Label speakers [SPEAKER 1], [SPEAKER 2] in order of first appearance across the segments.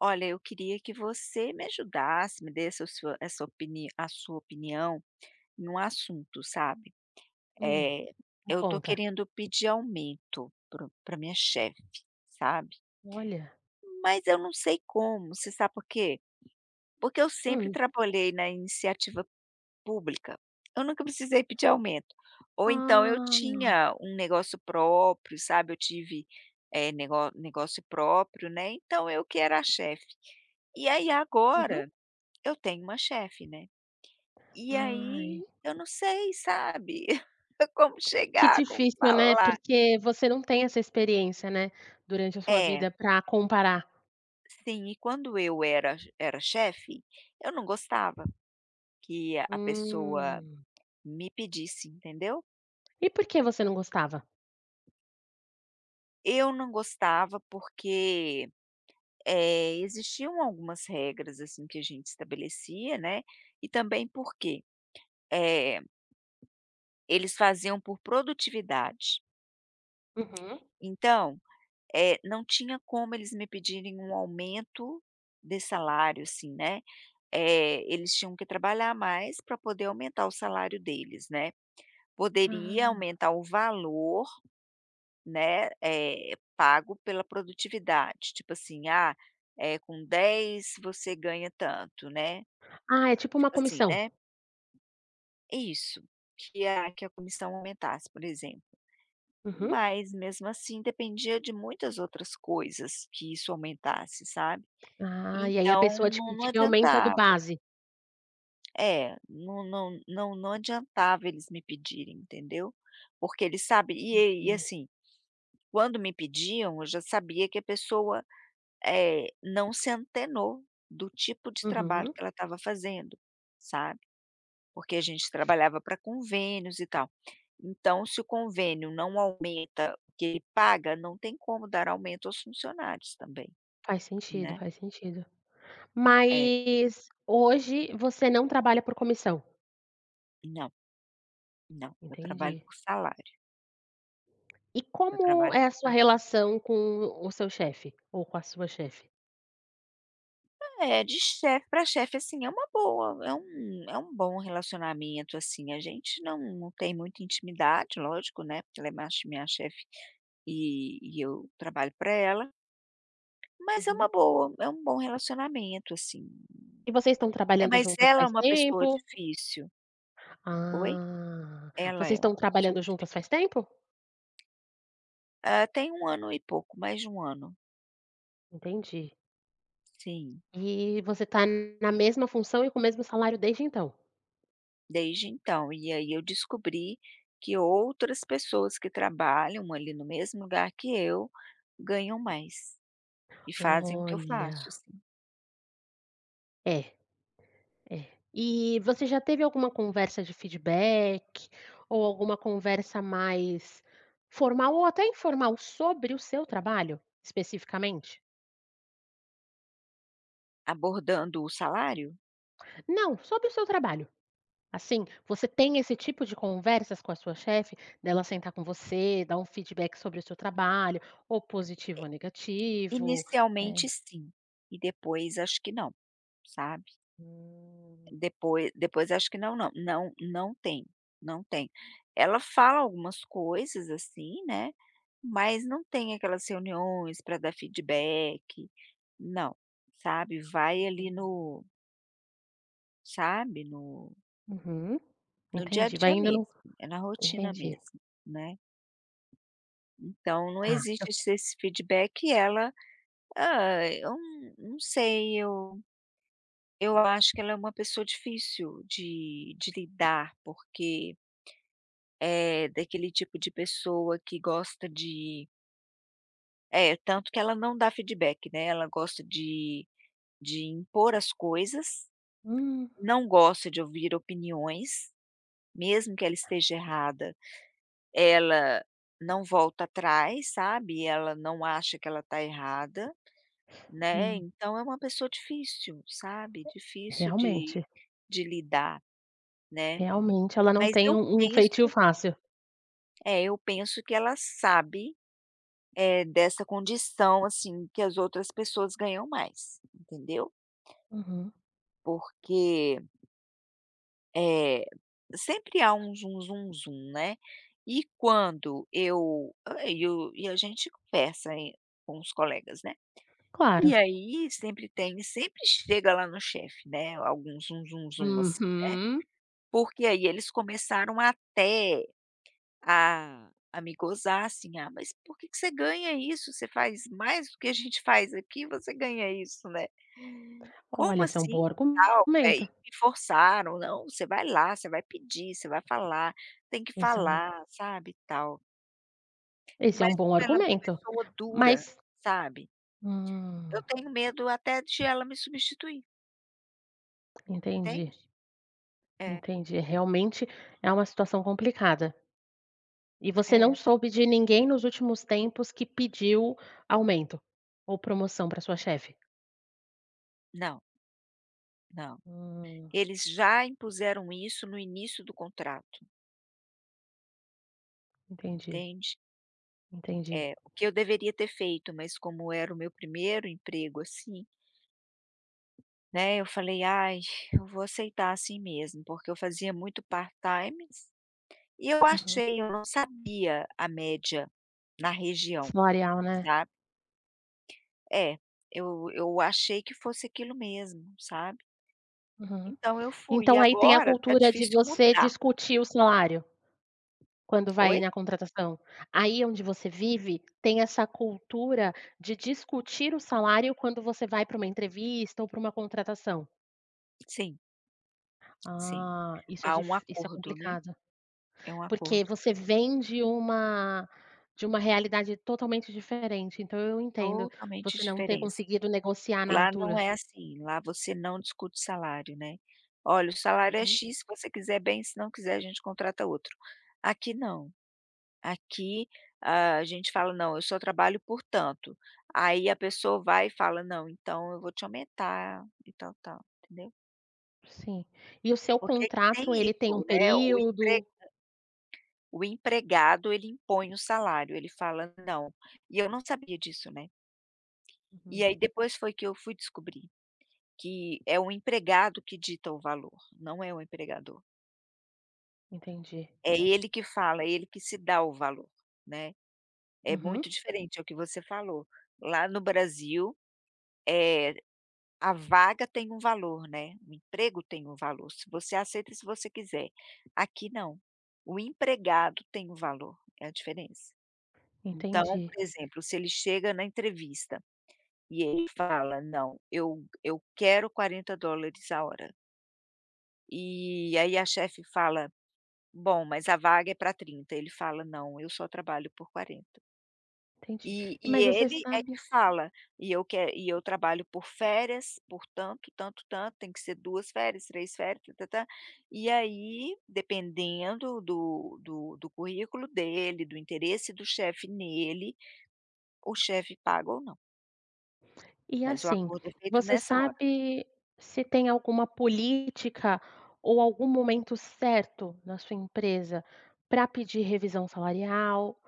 [SPEAKER 1] Olha, eu queria que você me ajudasse, me desse a sua opinião num assunto, sabe?
[SPEAKER 2] Hum,
[SPEAKER 1] É,
[SPEAKER 2] me
[SPEAKER 1] eu estou
[SPEAKER 2] conta.
[SPEAKER 1] querendo pedir aumento para pra minha chefe, sabe?
[SPEAKER 2] Olha.
[SPEAKER 1] Mas eu não sei como, você sabe por quê? Porque eu sempre
[SPEAKER 2] Hum.
[SPEAKER 1] trabalhei na iniciativa pública, eu nunca precisei pedir aumento. Ou então eu
[SPEAKER 2] Ah,
[SPEAKER 1] tinha um negócio próprio, sabe? Eu tive, negócio próprio, né, então eu que era a chefe. E aí
[SPEAKER 2] uhum.
[SPEAKER 1] agora, eu tenho uma chefe, né, e aí
[SPEAKER 2] Ai,
[SPEAKER 1] eu não sei, sabe, como
[SPEAKER 2] que
[SPEAKER 1] chegar, como
[SPEAKER 2] difícil, né,
[SPEAKER 1] falar.
[SPEAKER 2] porque você não tem essa experiência, né, durante a sua
[SPEAKER 1] É,
[SPEAKER 2] vida pra comparar.
[SPEAKER 1] sim, e quando eu era chefe, eu não gostava que a pessoa
[SPEAKER 2] Hum.
[SPEAKER 1] me pedisse, entendeu.
[SPEAKER 2] E por que você não gostava?
[SPEAKER 1] Eu não gostava porque, existiam algumas regras, assim, que a gente estabelecia, né, e também porque, eh, eles faziam por produtividade.
[SPEAKER 2] Uhum.
[SPEAKER 1] Então, não tinha como eles me pedirem um aumento de salário, assim, né, eles tinham que trabalhar mais para poder aumentar o salário deles, né. Poderia
[SPEAKER 2] Ah.
[SPEAKER 1] aumentar o valor, né, pago pela produtividade, tipo assim: "Ah, com 10 você ganha tanto", né,
[SPEAKER 2] Ah, é tipo uma
[SPEAKER 1] tipo assim,
[SPEAKER 2] comissão?
[SPEAKER 1] né. Isso, que a comissão aumentasse, por exemplo.
[SPEAKER 2] Uhum.
[SPEAKER 1] Mas mesmo assim dependia de muitas outras coisas que isso aumentasse, sabe.
[SPEAKER 2] Ah, e aí a
[SPEAKER 1] Então
[SPEAKER 2] pessoa te
[SPEAKER 1] não
[SPEAKER 2] pedia aumenta do
[SPEAKER 1] adiantava.
[SPEAKER 2] base.
[SPEAKER 1] É, não adiantava eles me pedirem, entendeu. Porque eles sabem e
[SPEAKER 2] Entendi.
[SPEAKER 1] assim, quando me pediam, eu já sabia que a pessoa, não se antenou do tipo de trabalho
[SPEAKER 2] Uhum.
[SPEAKER 1] que ela estava fazendo, sabe. Porque a gente trabalhava para convênios e tal. Então se o convênio não aumenta o que ele paga, não tem como dar aumento aos funcionários também,
[SPEAKER 2] Faz sentido,
[SPEAKER 1] né.
[SPEAKER 2] faz sentido.
[SPEAKER 1] É,
[SPEAKER 2] Mas hoje você não trabalha por comissão?
[SPEAKER 1] não, não, eu trabalho
[SPEAKER 2] Entendi.
[SPEAKER 1] por salário,
[SPEAKER 2] E
[SPEAKER 1] eu
[SPEAKER 2] como
[SPEAKER 1] trabalho
[SPEAKER 2] é a
[SPEAKER 1] por sa
[SPEAKER 2] sua relação com o seu chefe, ou com a sua chefe?
[SPEAKER 1] é, de chefe para chefe, assim, é uma boa, é um bom relacionamento, assim, a gente não tem muita intimidade, lógico, né, porque ela é minha chefe e eu trabalho para ela, mas é uma
[SPEAKER 2] Uhum.
[SPEAKER 1] boa, é um bom relacionamento, assim.
[SPEAKER 2] E vocês estão
[SPEAKER 1] É,
[SPEAKER 2] trabalhando
[SPEAKER 1] mas
[SPEAKER 2] juntas
[SPEAKER 1] ela é
[SPEAKER 2] faz
[SPEAKER 1] uma pessoa
[SPEAKER 2] tempo?
[SPEAKER 1] difícil. Oi?
[SPEAKER 2] Ah,
[SPEAKER 1] Ela
[SPEAKER 2] vocês
[SPEAKER 1] é
[SPEAKER 2] estão
[SPEAKER 1] uma pessoa
[SPEAKER 2] trabalhando juntas
[SPEAKER 1] difícil.
[SPEAKER 2] faz tempo?
[SPEAKER 1] Ah, tem um ano e pouco, mais de um ano.
[SPEAKER 2] Entendi.
[SPEAKER 1] Sim.
[SPEAKER 2] E você tá na mesma função e com o mesmo salário desde então?
[SPEAKER 1] Desde então, e aí eu descobri que outras pessoas que trabalham ali no mesmo lugar que eu, ganham mais e fazem o que eu
[SPEAKER 2] Olha,
[SPEAKER 1] faço, assim.
[SPEAKER 2] é. É. E você já teve alguma conversa de feedback ou alguma conversa mais formal ou até informal sobre o seu trabalho, especificamente?
[SPEAKER 1] Abordando o salário?
[SPEAKER 2] Não, sobre o seu trabalho. Assim, você tem esse tipo de conversas com a sua chefe, dela sentar com você, dar um feedback sobre o seu trabalho, ou positivo ou negativo, eh
[SPEAKER 1] Inicialmente sim, e depois acho que não, sabe.
[SPEAKER 2] Hum.
[SPEAKER 1] Depois, acho que não, não tem, não tem. Ela fala algumas coisas assim, né, mas não tem aquelas reuniões para dar feedback, não, sabe, vai ali no sabe, no
[SPEAKER 2] Uhum,
[SPEAKER 1] no dia a
[SPEAKER 2] entendi. Vai
[SPEAKER 1] dia
[SPEAKER 2] indo no
[SPEAKER 1] mesmo, é na rotina
[SPEAKER 2] entendi,
[SPEAKER 1] mesmo, né. Então não
[SPEAKER 2] tá.
[SPEAKER 1] existe
[SPEAKER 2] Eu-
[SPEAKER 1] esse feedback e ela, ah, eu não sei, eu acho que ela é uma pessoa difícil de lidar, porque é daquele tipo de pessoa que gosta de, é, tanto que ela não dá feedback, né, ela gosta de impor as coisas,
[SPEAKER 2] Hum,
[SPEAKER 1] não gosta de ouvir opiniões, mesmo que ela esteja errada. Ela não volta atrás, sabe, ela não acha que ela tá errada, né,
[SPEAKER 2] hum,
[SPEAKER 1] então é uma pessoa difícil, sabe, difícil de
[SPEAKER 2] realmente.
[SPEAKER 1] de lidar, né.
[SPEAKER 2] Realmente, ela não
[SPEAKER 1] Mas
[SPEAKER 2] tem
[SPEAKER 1] eu
[SPEAKER 2] um feitio
[SPEAKER 1] penso
[SPEAKER 2] fácil.
[SPEAKER 1] é, eu penso que ela sabe, dessa condição, assim, que as outras pessoas ganham mais, entendeu.
[SPEAKER 2] Uhum,
[SPEAKER 1] Porque, é sempre há um zum zum zum, né. E quando eu ah, e o e a gente conversa, com os colegas, né. E
[SPEAKER 2] claro.
[SPEAKER 1] aí sempre chega lá no chefe, né, algum zum zum zum, assim, né,
[SPEAKER 2] Uhum.
[SPEAKER 1] porque aí eles começaram até a me gozar, assim: "Ah, mas por que que você ganha isso? Você faz mais do que a gente faz aqui, você ganha isso, né. Como
[SPEAKER 2] Olha, esse é um
[SPEAKER 1] assim?",
[SPEAKER 2] bom
[SPEAKER 1] tal, e
[SPEAKER 2] argumento.
[SPEAKER 1] me forçaram: "Não, você vai lá, você vai pedir, você vai falar, tem que
[SPEAKER 2] Esse é um
[SPEAKER 1] falar", sabe, e tal.
[SPEAKER 2] Esse é
[SPEAKER 1] Mas
[SPEAKER 2] um bom
[SPEAKER 1] como ela é uma
[SPEAKER 2] argumento,
[SPEAKER 1] pessoa dura,
[SPEAKER 2] mas
[SPEAKER 1] sabe, eu
[SPEAKER 2] hum,
[SPEAKER 1] tenho medo até de ela me substituir.
[SPEAKER 2] entendi,
[SPEAKER 1] Entende? É,
[SPEAKER 2] entendi. Realmente é uma situação complicada. E você
[SPEAKER 1] é.
[SPEAKER 2] não soube de ninguém nos últimos tempos que pediu aumento ou promoção para sua chefe?
[SPEAKER 1] Não, não.
[SPEAKER 2] Hum,
[SPEAKER 1] Eles já impuseram isso no início do contrato,
[SPEAKER 2] entendi,
[SPEAKER 1] entende?
[SPEAKER 2] entendi.
[SPEAKER 1] É, o que eu deveria ter feito, mas como era o meu primeiro emprego, assim, né, eu falei: "Ai, eu vou aceitar assim mesmo", porque eu fazia muito part time e eu
[SPEAKER 2] Uhum.
[SPEAKER 1] achei, eu não sabia a média na região,
[SPEAKER 2] Salarial, né?
[SPEAKER 1] sabe. É, eu achei que fosse aquilo mesmo, sabe.
[SPEAKER 2] Uhum.
[SPEAKER 1] Então eu fui, e
[SPEAKER 2] Então aí tem a
[SPEAKER 1] agora tá
[SPEAKER 2] cultura de
[SPEAKER 1] difícil
[SPEAKER 2] você
[SPEAKER 1] mudar.
[SPEAKER 2] discutir o salário? Quando vai
[SPEAKER 1] Oi?
[SPEAKER 2] na contratação. Aí onde você vive, tem essa cultura de discutir o salário quando você vai para uma entrevista ou para uma contratação.
[SPEAKER 1] Sim, sim.
[SPEAKER 2] Ah,
[SPEAKER 1] Há um
[SPEAKER 2] isso é
[SPEAKER 1] acordo, né,
[SPEAKER 2] complicado.
[SPEAKER 1] é um
[SPEAKER 2] Porque
[SPEAKER 1] acordo.
[SPEAKER 2] você vem de uma realidade totalmente diferente, então eu entendo
[SPEAKER 1] Totalmente
[SPEAKER 2] você não ter
[SPEAKER 1] diferença.
[SPEAKER 2] conseguido negociar na
[SPEAKER 1] Lá não
[SPEAKER 2] altura.
[SPEAKER 1] é assim, lá você não discute salário, né. "Olha, o salário é
[SPEAKER 2] Uhum,
[SPEAKER 1] X, se você quiser bem, se não quiser a gente contrata outro". Aqui não, aqui, ah, a gente fala: "Não, eu só trabalho por tanto". Aí a pessoa vai e fala: "Não, então eu vou te aumentar e tal, tal", entendeu.
[SPEAKER 2] sim. E o seu
[SPEAKER 1] Porque aqui tem
[SPEAKER 2] contrato, ele tem um
[SPEAKER 1] isso, né,
[SPEAKER 2] período?
[SPEAKER 1] o empregado ele impõe o salário, ele fala: "Não", e eu não sabia disso, né. E
[SPEAKER 2] Uhum,
[SPEAKER 1] aí depois foi que eu fui descobrir que é o empregado que dita o valor, não é o empregador.
[SPEAKER 2] entendi.
[SPEAKER 1] É ele que fala, é ele que se dá o valor, né. É
[SPEAKER 2] Uhum,
[SPEAKER 1] muito diferente, é o que você falou. Lá no Brasil, eh, a vaga tem um valor, né, o emprego tem um valor, se você aceita se você quiser. Aqui não, o empregado tem um valor, é a diferença. Então,
[SPEAKER 2] entendi,
[SPEAKER 1] por exemplo, se ele chega na entrevista e ele fala: "Não, eu quero 40 dólares a hora". E aí a chefe fala: "Bom, mas a vaga é para 30. Ele fala: "Não, eu só trabalho por 40.
[SPEAKER 2] entendi.
[SPEAKER 1] E
[SPEAKER 2] E
[SPEAKER 1] e
[SPEAKER 2] Mas você
[SPEAKER 1] ele
[SPEAKER 2] sa
[SPEAKER 1] é que fala: "E eu trabalho por férias, por tanto, tanto, tanto, tem que ser 2 férias, 3 férias, tá-tá-tá". E aí, dependendo do currículo dele, do interesse do chefe nele, o chefe paga ou não,
[SPEAKER 2] E
[SPEAKER 1] mas o
[SPEAKER 2] assim,
[SPEAKER 1] acordo é feito
[SPEAKER 2] você
[SPEAKER 1] nessa hora.
[SPEAKER 2] sabe se tem alguma política ou algum momento certo na sua empresa para pedir revisão salarial?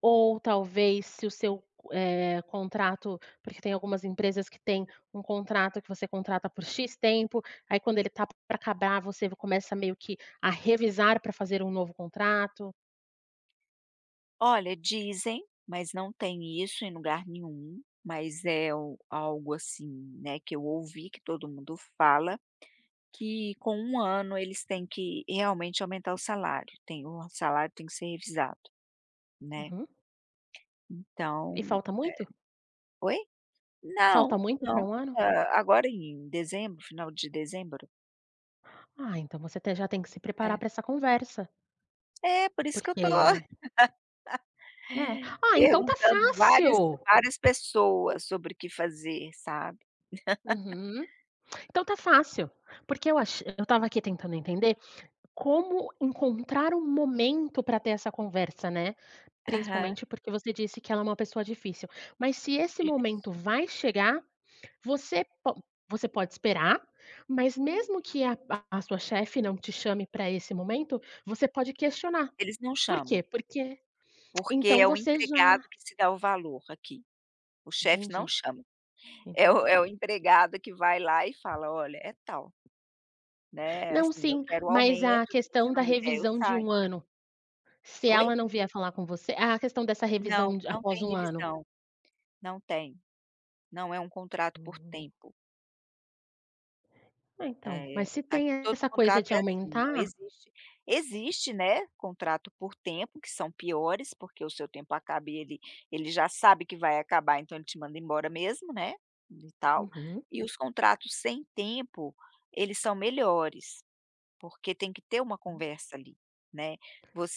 [SPEAKER 2] Ou talvez se o seu, contrato porque tem algumas empresas que têm um contrato que você contrata por "X" tempo, aí quando ele tá para acabar, você começa meio que a revisar para fazer um novo contrato.
[SPEAKER 1] Olha, dizem, mas não tem isso em lugar nenhum, mas é o algo assim, né, que eu ouvi que todo mundo fala, que com um ano eles têm que realmente aumentar o salário tem que ser revisado, né.
[SPEAKER 2] Uhum. E
[SPEAKER 1] Então
[SPEAKER 2] falta
[SPEAKER 1] é
[SPEAKER 2] muito?
[SPEAKER 1] Oi?
[SPEAKER 2] Falta
[SPEAKER 1] Não,
[SPEAKER 2] muito
[SPEAKER 1] não.
[SPEAKER 2] para um ano?
[SPEAKER 1] Hã, agora em dezembro, final de dezembro.
[SPEAKER 2] Ah, então você te já tem que se preparar
[SPEAKER 1] É.
[SPEAKER 2] para essa conversa,
[SPEAKER 1] É, por isso que eu tô
[SPEAKER 2] porque É. Ah, então tá
[SPEAKER 1] perguntando várias
[SPEAKER 2] fácil.
[SPEAKER 1] várias pessoas sobre o que fazer, sabe.
[SPEAKER 2] Uhum. Então tá fácil, porque eu estava aqui tentando entender como encontrar um momento pra ter essa conversa, né,
[SPEAKER 1] Aham,
[SPEAKER 2] principalmente porque você disse que ela é uma pessoa difícil, mas se esse momento
[SPEAKER 1] difícil.
[SPEAKER 2] vai chegar, você po você pode esperar, mas mesmo que a sua chefe não te chame pra esse momento, você pode questionar.
[SPEAKER 1] Eles não
[SPEAKER 2] Por
[SPEAKER 1] chamam.
[SPEAKER 2] quê? Porque
[SPEAKER 1] Porque é
[SPEAKER 2] então
[SPEAKER 1] o
[SPEAKER 2] você
[SPEAKER 1] empregado
[SPEAKER 2] já
[SPEAKER 1] que se dá o valor aqui, o chefe não
[SPEAKER 2] entendi,
[SPEAKER 1] chama, é o
[SPEAKER 2] entendi.
[SPEAKER 1] é o empregado que vai lá e fala: "Olha, é tal, né,
[SPEAKER 2] Não,
[SPEAKER 1] assim, eu
[SPEAKER 2] sim,
[SPEAKER 1] quero
[SPEAKER 2] mas a
[SPEAKER 1] aumento, se você
[SPEAKER 2] questão
[SPEAKER 1] não
[SPEAKER 2] da
[SPEAKER 1] me der eu
[SPEAKER 2] revisão de
[SPEAKER 1] saio".
[SPEAKER 2] um ano, se
[SPEAKER 1] Oi?
[SPEAKER 2] ela não vier falar com você a questão dessa
[SPEAKER 1] Não,
[SPEAKER 2] revisão de
[SPEAKER 1] não
[SPEAKER 2] após
[SPEAKER 1] tem
[SPEAKER 2] um ano.
[SPEAKER 1] revisão, não tem, não é um contrato por
[SPEAKER 2] Hum.
[SPEAKER 1] tempo.
[SPEAKER 2] É, então,
[SPEAKER 1] É,
[SPEAKER 2] mas se tem
[SPEAKER 1] aqui todo
[SPEAKER 2] essa coisa
[SPEAKER 1] contrato
[SPEAKER 2] de
[SPEAKER 1] é assim, não
[SPEAKER 2] aumentar
[SPEAKER 1] existe, existe, né, contrato por tempo, que são piores, porque o seu tempo acaba e ele já sabe que vai acabar, então ele te manda embora mesmo, né, e tal.
[SPEAKER 2] uhum,
[SPEAKER 1] E os contratos sem tempo, eles são melhores, porque tem que ter uma
[SPEAKER 2] Hum.
[SPEAKER 1] conversa ali, né.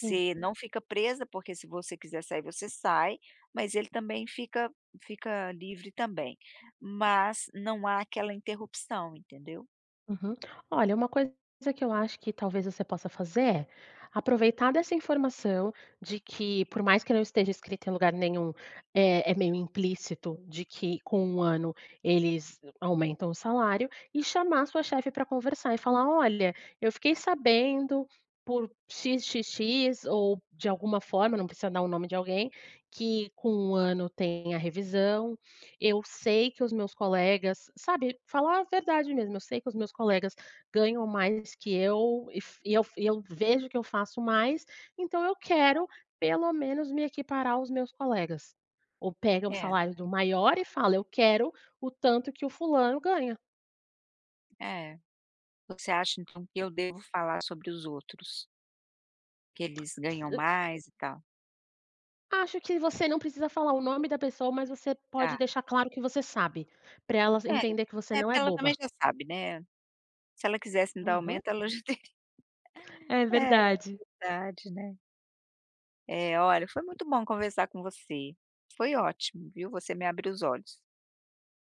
[SPEAKER 2] sim.
[SPEAKER 1] não fica presa, porque se você quiser sair, você sai, mas ele também fica livre também. Mas não há aquela interrupção, entendeu?
[SPEAKER 2] Uhum. Olha, uma coisa que eu acho que talvez você possa fazer é aproveitar dessa informação de que, por mais que não esteja escrito em lugar nenhum, é, é meio implícito de que com um ano eles aumentam o salário, e chamar sua chefe para conversar e falar: olha, eu fiquei sabendo por XXX ou de alguma forma, não precisa dar o nome de alguém, que com um ano tem a revisão. Eu sei que os meus colegas sabe, falar a verdade mesmo, eu sei que os meus colegas ganham mais que eu e eu vejo que eu faço mais, então eu quero pelo menos me equiparar aos meus colegas. Ou pega o
[SPEAKER 1] É.
[SPEAKER 2] salário do maior e fala: "Eu quero o tanto que o fulano ganha".
[SPEAKER 1] É. Você acha então que eu devo falar sobre os outros, que eles ganham
[SPEAKER 2] Eu
[SPEAKER 1] mais e tal?
[SPEAKER 2] Acho que você não precisa falar o nome da pessoa, mas você
[SPEAKER 1] Tá.
[SPEAKER 2] pode deixar claro que você sabe, para elas
[SPEAKER 1] É,
[SPEAKER 2] entender que você
[SPEAKER 1] é
[SPEAKER 2] não
[SPEAKER 1] porque
[SPEAKER 2] é
[SPEAKER 1] ela também
[SPEAKER 2] boba.
[SPEAKER 1] já sabe, né. Se ela quisesse me dar
[SPEAKER 2] Uhum.
[SPEAKER 1] aumento, ela já teria.
[SPEAKER 2] É
[SPEAKER 1] É
[SPEAKER 2] verdade.
[SPEAKER 1] verdade, né. É, olha, foi muito bom conversar com você. Foi ótimo, viu. Você me abriu os olhos.